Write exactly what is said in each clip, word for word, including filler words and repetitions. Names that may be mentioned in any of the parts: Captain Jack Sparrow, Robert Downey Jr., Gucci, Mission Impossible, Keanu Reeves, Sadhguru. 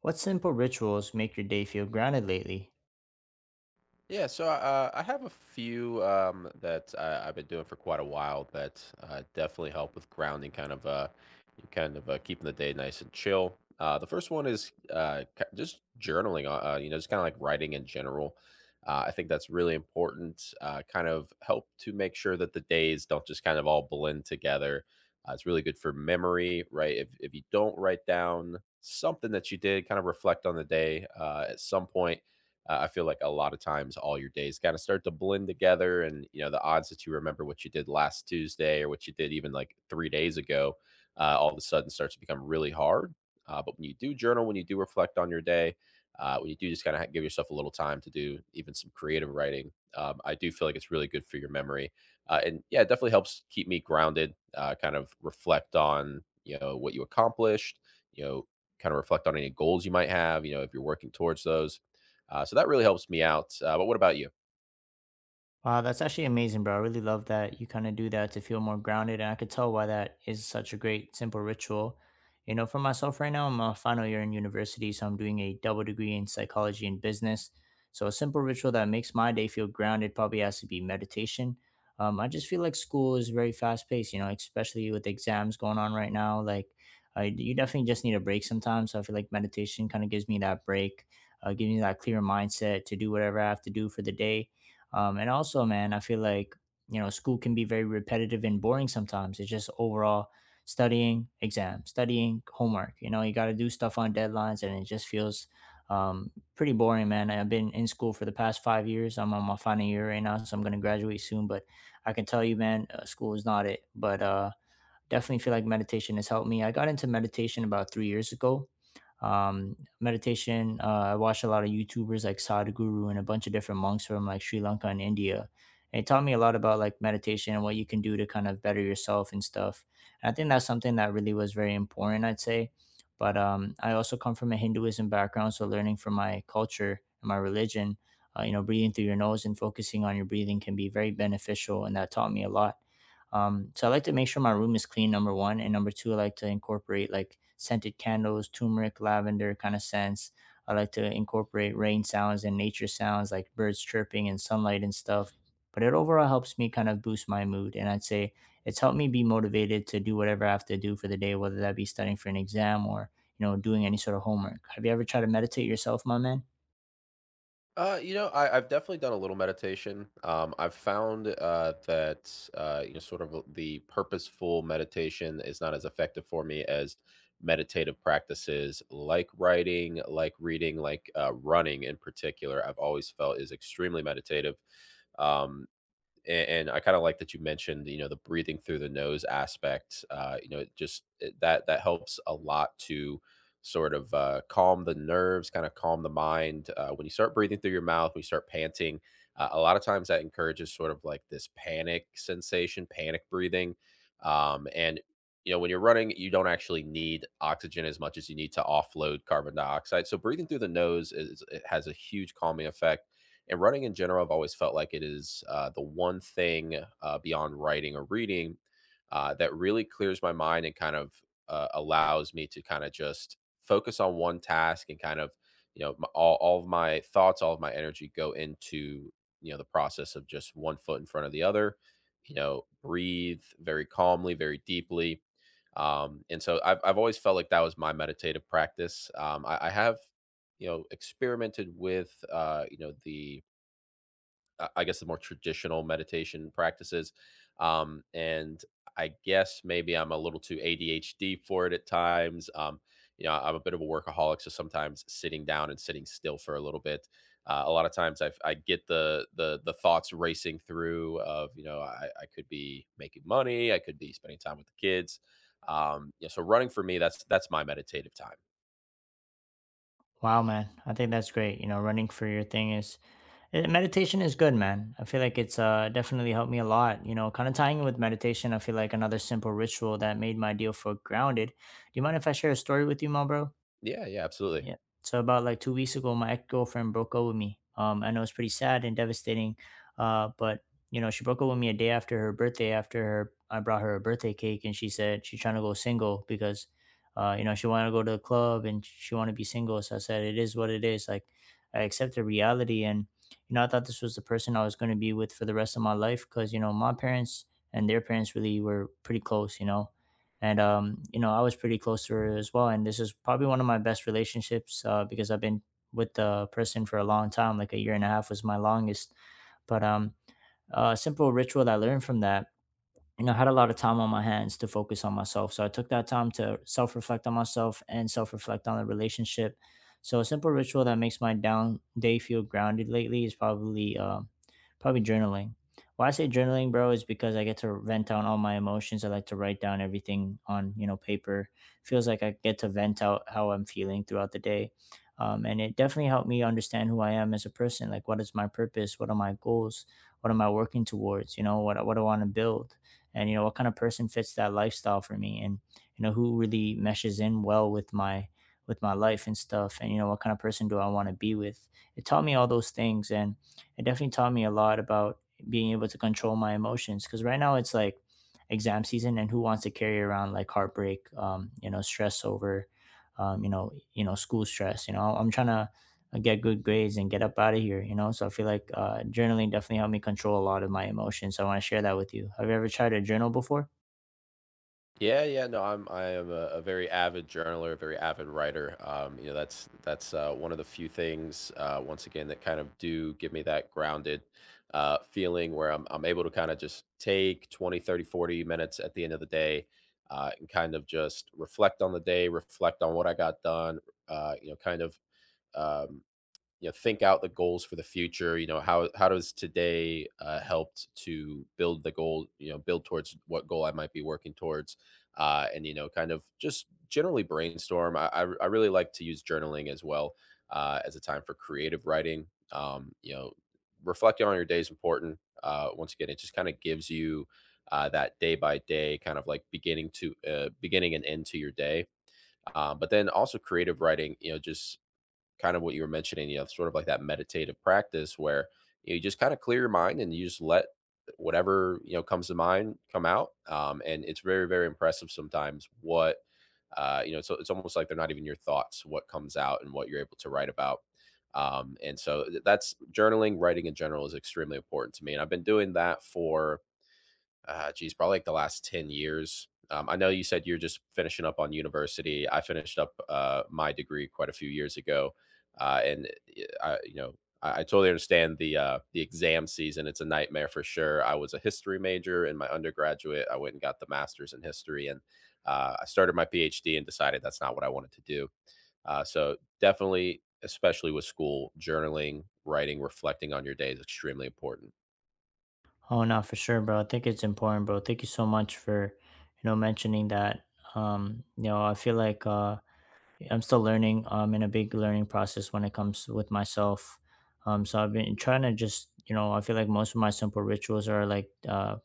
What simple rituals make your day feel grounded lately? Yeah, so uh, I have a few um, that I, I've been doing for quite a while that uh, definitely help with grounding, kind of, uh, kind of uh, keeping the day nice and chill. Uh, the first one is uh, ki- just journaling, uh, uh, you know, just kind of like writing in general. Uh, I think that's really important. Uh, kind of help to make sure that the days don't just kind of all blend together. Uh, it's really good for memory, right? If if you don't write down something that you did, kind of reflect on the day uh, at some point uh, I feel like a lot of times all your days kind of start to blend together, and you know the odds that you remember what you did last Tuesday or what you did even like three days ago, uh, all of a sudden starts to become really hard. Uh, but when you do journal, when you do reflect on your day, uh, when you do just kind of give yourself a little time to do even some creative writing, um, I do feel like it's really good for your memory. Uh, and yeah, it definitely helps keep me grounded, uh, kind of reflect on, you know, what you accomplished, you know, kind of reflect on any goals you might have, you know, if you're working towards those uh, so that really helps me out. Uh, but what about you? Wow, that's actually amazing, bro. I really love that you kind of do that to feel more grounded. And I could tell why that is such a great, simple ritual. You know, for myself right now, I'm a final year in university, so I'm doing a double degree in psychology and business. So a simple ritual that makes my day feel grounded probably has to be meditation. Um, I just feel like school is very fast paced, you know, especially with exams going on right now. Like, uh, you definitely just need a break sometimes. So I feel like meditation kind of gives me that break, uh, gives me that clear mindset to do whatever I have to do for the day. Um, and also, man, I feel like, you know, school can be very repetitive and boring sometimes. It's just overall studying, exam, studying, homework. You know, you got to do stuff on deadlines and it just feels um, pretty boring, man. I've been in school for the past five years. I'm on my final year right now, so I'm going to graduate soon. But I can tell you, man, uh, school is not it. But, uh, definitely feel like meditation has helped me. I got into meditation about three years ago. Um, meditation, uh, I watched a lot of YouTubers like Sadhguru and a bunch of different monks from like Sri Lanka and India. And it taught me a lot about like meditation and what you can do to kind of better yourself and stuff. And I think that's something that really was very important, I'd say. But um, I also come from a Hinduism background, so learning from my culture and my religion, uh, you know, breathing through your nose and focusing on your breathing can be very beneficial. And that taught me a lot. Um, so I like to make sure my room is clean, number one. And number two, I like to incorporate like scented candles, turmeric, lavender kind of scents. I like to incorporate rain sounds and nature sounds like birds chirping and sunlight and stuff. But it overall helps me kind of boost my mood. And I'd say it's helped me be motivated to do whatever I have to do for the day, whether that be studying for an exam or, you know, doing any sort of homework. Have you ever tried to meditate yourself, my man? Uh, you know, I, I've definitely done a little meditation. Um, I've found uh, that uh, you know, sort of the purposeful meditation is not as effective for me as meditative practices like writing, like reading, like uh, running in particular. I've always felt is extremely meditative. Um, and, and I kind of like that you mentioned, you know, the breathing through the nose aspect. Uh, you know, it just it- that that helps a lot to sort of uh, calm the nerves, kind of calm the mind. Uh, when you start breathing through your mouth, when you start panting, uh, a lot of times that encourages sort of like this panic sensation, panic breathing. Um, and you know, when you're running, you don't actually need oxygen as much as you need to offload carbon dioxide. So breathing through the nose is it has a huge calming effect, and running in general, I've always felt like it is uh, the one thing uh, beyond writing or reading uh, that really clears my mind and kind of uh, allows me to kind of just focus on one task and kind of, you know, my, all, all of my thoughts, all of my energy go into, you know, the process of just one foot in front of the other, you know, breathe very calmly, very deeply. Um, and so I've, I've always felt like that was my meditative practice. Um, I, I have, you know, experimented with, uh, you know, the, uh, I guess the more traditional meditation practices. Um, and I guess maybe I'm a little too A D H D for it at times. Um, you know, I'm a bit of a workaholic, so sometimes sitting down and sitting still for a little bit. Uh, a lot of times I've, I get the the the thoughts racing through of you know I, I could be making money, I could be spending time with the kids. Um, yeah, so running for me that's that's my meditative time. Wow, man. I think that's great. You know, running for your thing is. Eh, meditation is good, man. I feel like it's uh, definitely helped me a lot. You know, kind of tying in with meditation, I feel like another simple ritual that made my deal for grounded. Do you mind if I share a story with you, my bro? Yeah, yeah, absolutely. Yeah. So about like two weeks ago, my ex girlfriend broke up with me. Um, I know it's pretty sad and devastating. Uh, but you know, she broke up with me a day after her birthday. After her, I brought her a birthday cake, and she said she's trying to go single because, uh, you know, she wanted to go to the club and she wanted to be single. So I said, it is what it is. Like, I accept the reality, and you know, I thought this was the person I was going to be with for the rest of my life because you know, my parents and their parents really were pretty close. You know, and um, you know, I was pretty close to her as well. And this is probably one of my best relationships uh, because I've been with the person for a long time, like a year and a half was my longest. But um, a simple ritual that I learned from that, you know, I had a lot of time on my hands to focus on myself. So I took that time to self reflect on myself and self reflect on the relationship. So a simple ritual that makes my down day feel grounded lately is probably. Uh, Probably journaling. Why I say journaling, bro, is because I get to vent out all my emotions. I like to write down everything on you know paper. Feels like I get to vent out how I'm feeling throughout the day, um, and it definitely helped me understand who I am as a person. Like, what is my purpose? What are my goals? What am I working towards? You know, what what do I want to build? And you know, what kind of person fits that lifestyle for me? And you know, who really meshes in well with my with my life and stuff. And you know, what kind of person do I want to be with? It taught me all those things, and it definitely taught me a lot about being able to control my emotions, because right now it's like exam season and who wants to carry around like heartbreak, um you know, stress over, um you know, you know school stress. You know, I'm trying to get good grades and get up out of here, you know. So I feel like uh journaling definitely helped me control a lot of my emotions, so I want to share that with you. Have you ever tried to journal before? Yeah, yeah, no, I'm I am a, a very avid journaler, a very avid writer. Um, you know, that's that's uh, one of the few things uh, once again that kind of do give me that grounded uh, feeling where I'm I'm able to kind of just take twenty, thirty, forty minutes at the end of the day uh, and kind of just reflect on the day, reflect on what I got done, uh, you know, kind of um, you know, think out the goals for the future. You know, how how does today uh, helped to build the goal, you know, build towards what goal I might be working towards, uh, and you know, kind of just generally brainstorm. i i, I really like to use journaling as well uh, as a time for creative writing. Um, you know, reflecting on your day is important. Uh, once again, it just kind of gives you uh, that day by day, kind of like beginning to uh, beginning and end to your day. Um, but then also creative writing, you know, just kind of what you were mentioning, you know, sort of like that meditative practice where you know, you just kind of clear your mind and you just let whatever you know comes to mind come out. Um, and it's very, very impressive sometimes what uh, you know. So it's almost like they're not even your thoughts, what comes out and what you're able to write about. Um, and so th- that's journaling, writing in general is extremely important to me, and I've been doing that for uh, geez, probably like the last ten years. Um, I know you said you're just finishing up on university. I finished up uh, my degree quite a few years ago. Uh, and eh, I, you know, I, I totally understand the uh, the exam season. It's a nightmare for sure. I was a history major in my undergraduate. I went and got the master's in history, and uh, I started my PhD and decided that's not what I wanted to do. Uh, so definitely, especially with school, journaling, writing, reflecting on your day is extremely important. Oh no, for sure, bro. I think it's important, bro. Thank you so much for you know mentioning that. Um you know, I feel like uh yeah. I'm still learning. I'm in a big learning process when it comes with myself. Um, so I've been trying to just, you know, I feel like most of my simple rituals are like uh,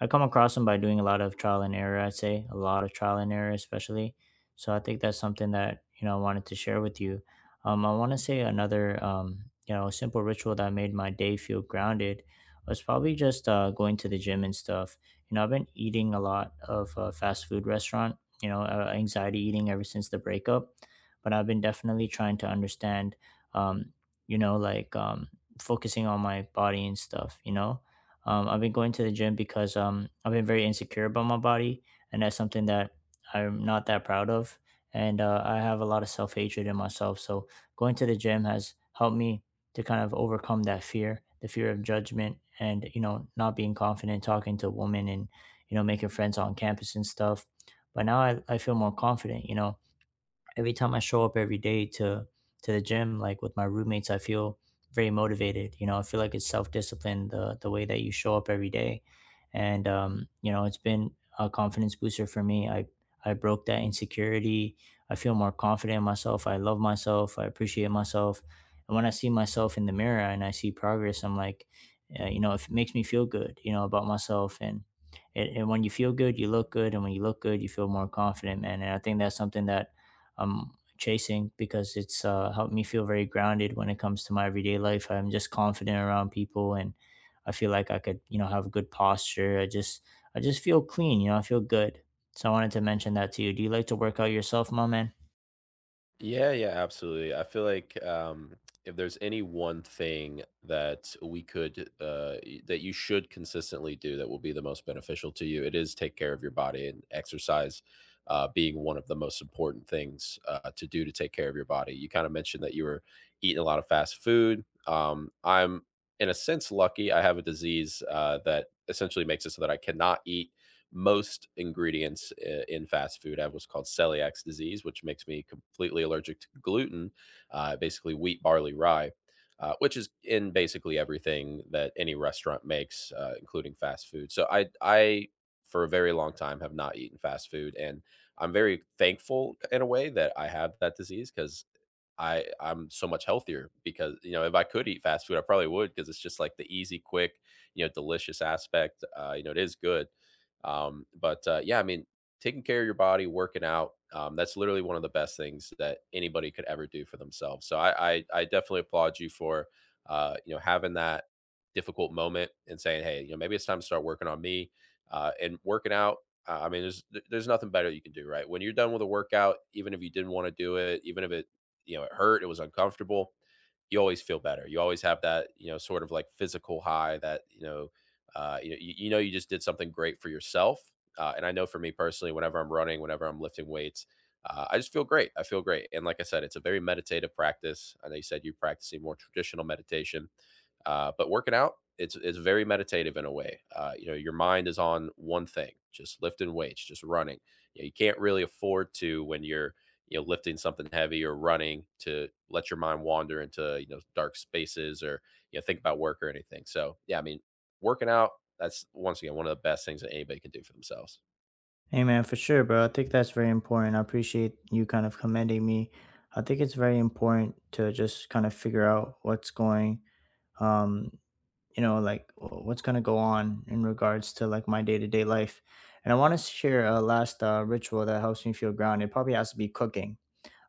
I come across them by doing a lot of trial and error, I'd say, a lot of trial and error, especially. So I think that's something that, you know, I wanted to share with you. Um, I want to say another, um, you know, simple ritual that made my day feel grounded was probably just uh, going to the gym and stuff. You know, I've been eating a lot of uh, fast food restaurant, you know, uh, anxiety eating ever since the breakup. But I've been definitely trying to understand, um, you know, like um, focusing on my body and stuff, you know. um, I've been going to the gym because um, I've been very insecure about my body, and that's something that I'm not that proud of. And uh, I have a lot of self hatred in myself. So going to the gym has helped me to kind of overcome that fear, the fear of judgment, and you know, not being confident talking to women and you know, making friends on campus and stuff. But now I, I feel more confident. You know, every time I show up every day to to the gym, like with my roommates, I feel very motivated. You know, I feel like it's self discipline, the the way that you show up every day, and um, you know, it's been a confidence booster for me. I I broke that insecurity. I feel more confident in myself. I love myself. I appreciate myself. And when I see myself in the mirror and I see progress, I'm like, uh, you know, it makes me feel good, you know, about myself. And, and and when you feel good, you look good. And when you look good, you feel more confident, man. And I think that's something that I'm chasing because it's uh, helped me feel very grounded when it comes to my everyday life. I'm just confident around people, and I feel like I could, you know, have good posture. I just, I just feel clean. You know, I feel good. So I wanted to mention that to you. Do you like to work out yourself, my man? Yeah, yeah, absolutely. I feel like um, if there's any one thing that we could, uh, y- that you should consistently do that will be the most beneficial to you, it is take care of your body and exercise uh, being one of the most important things uh, to do to take care of your body. You kind of mentioned that you were eating a lot of fast food. Um, I'm, in a sense, lucky. I have a disease uh, that essentially makes it so that I cannot eat most ingredients in fast food have what's called celiac disease, which makes me completely allergic to gluten, uh, basically wheat, barley, rye, uh, which is in basically everything that any restaurant makes, uh, including fast food. So I, I, for a very long time, have not eaten fast food, and I'm very thankful in a way that I have that disease because I I'm so much healthier because, you know, if I could eat fast food, I probably would because it's just like the easy, quick, you know, delicious aspect. Uh, you know, it is good. Um, but uh, yeah, I mean, taking care of your body, working out, um, that's literally one of the best things that anybody could ever do for themselves. So I I, I definitely applaud you for, uh, you know, having that difficult moment and saying, hey, you know, maybe it's time to start working on me uh, and working out. Uh, I mean, there's there- there's nothing better you can do, right? When you're done with a workout, even if you didn't want to do it, even if it you know, it hurt, it was uncomfortable. You always feel better. You always have that, you know, sort of like physical high that, you know, uh, you, you know, you just did something great for yourself. Uh, and I know for me personally, whenever I'm running, whenever I'm lifting weights, uh, I just feel great. I feel great. And like I said, it's a very meditative practice. I know you said you're practicing more traditional meditation, uh, but working out, it's it's very meditative in a way. Uh, you know, your mind is on one thing, just lifting weights, just running. You, know, you can't really afford to when you're you know lifting something heavy or running to let your mind wander into you know dark spaces or you know think about work or anything. So yeah, I mean, working out, that's once again one of the best things that anybody can do for themselves. Hey man, for sure, bro. I think that's very important. I appreciate you kind of commending me. I think it's very important to just kind of figure out what's going. um you know, like w- what's gonna go on in regards to like my day to day life. And I want to share a last uh, ritual that helps me feel grounded. It probably has to be cooking.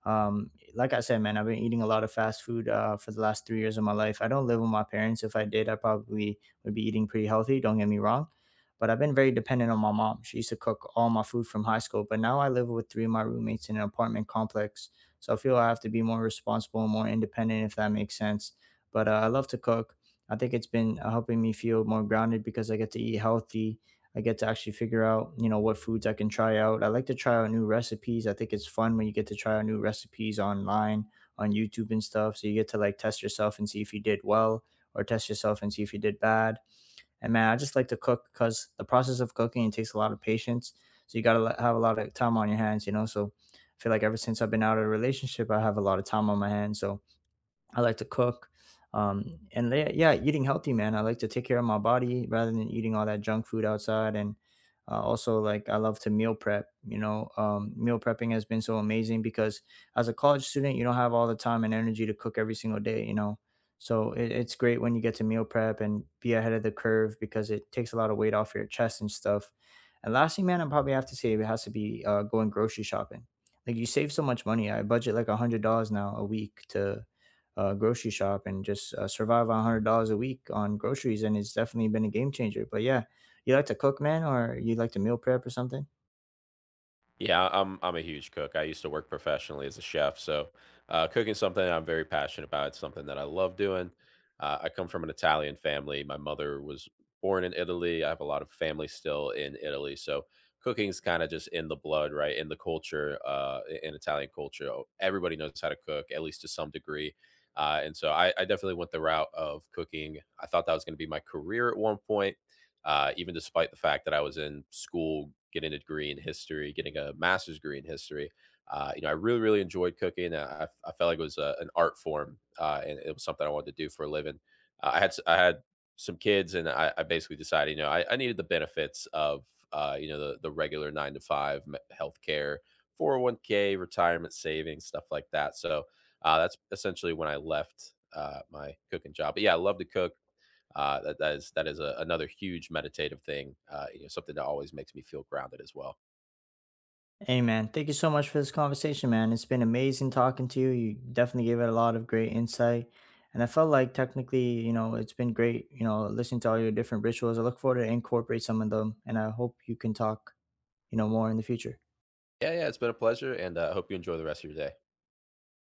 um Like I said, man, I've been eating a lot of fast food uh for the last three years of my life. I don't live with my parents. If I did, I probably would be eating pretty healthy, don't get me wrong. But I've been very dependent on my mom. She used to cook all my food from high school, but now I live with three of my roommates in an apartment complex, so I feel I have to be more responsible and more independent, if that makes sense. But uh, I love to cook. I think it's been uh, helping me feel more grounded because I get to eat healthy. I get to actually figure out, you know, what foods I can try out. I like to try out new recipes. I think it's fun when you get to try out new recipes online, on YouTube and stuff. So you get to like test yourself and see if you did well, or test yourself and see if you did bad. And man, I just like to cook because the process of cooking, it takes a lot of patience. So you got to have a lot of time on your hands, you know. So I feel like ever since I've been out of a relationship, I have a lot of time on my hands. So I like to cook. Um, and le- yeah, eating healthy, man. I like to take care of my body rather than eating all that junk food outside. And uh, also, like, I love to meal prep. You know, um, meal prepping has been so amazing because as a college student, you don't have all the time and energy to cook every single day, you know. So it, it's great when you get to meal prep and be ahead of the curve because it takes a lot of weight off your chest and stuff. And lastly, man, I probably have to say it has to be uh, going grocery shopping. Like you save so much money. I budget like a hundred dollars now a week to uh, grocery shop and just uh, survive on one hundred dollars a week on groceries, and it's definitely been a game changer. But yeah, you like to cook, man, or you like to meal prep or something? Yeah, I'm I'm a huge cook. I used to work professionally as a chef, so uh, cooking something I'm very passionate about. It's something that I love doing. Uh, I come from an Italian family. My mother was born in Italy. I have a lot of family still in Italy, so cooking's kind of just in the blood, right? In the culture, uh, i- in Italian culture, oh, everybody knows how to cook, at least to some degree. Uh, and so I, I definitely went the route of cooking. I thought that was going to be my career at one point uh, even despite the fact that I was in school getting a degree in history, getting a master's degree in history. Uh, you know, I really, really enjoyed cooking. uh, I, I felt like it was a, an art form, uh, and it was something I wanted to do for a living. Uh, I had I had some kids, and I, I basically decided, you know, I, I needed the benefits of uh, you know the the regular nine to five me- healthcare, four hundred one k, retirement savings, stuff like that. So uh, that's essentially when I left uh, my cooking job. But yeah, I love to cook, uh, that, that is that is a, another huge meditative thing. Uh, you know, something that always makes me feel grounded as well. Hey, man, thank you so much for this conversation, man. It's been amazing talking to you. You definitely gave it a lot of great insight, and I felt like technically, you know, it's been great. You know, listening to all your different rituals. I look forward to incorporate some of them, and I hope you can talk, you know, more in the future. Yeah, yeah, it's been a pleasure, and I uh, hope you enjoy the rest of your day.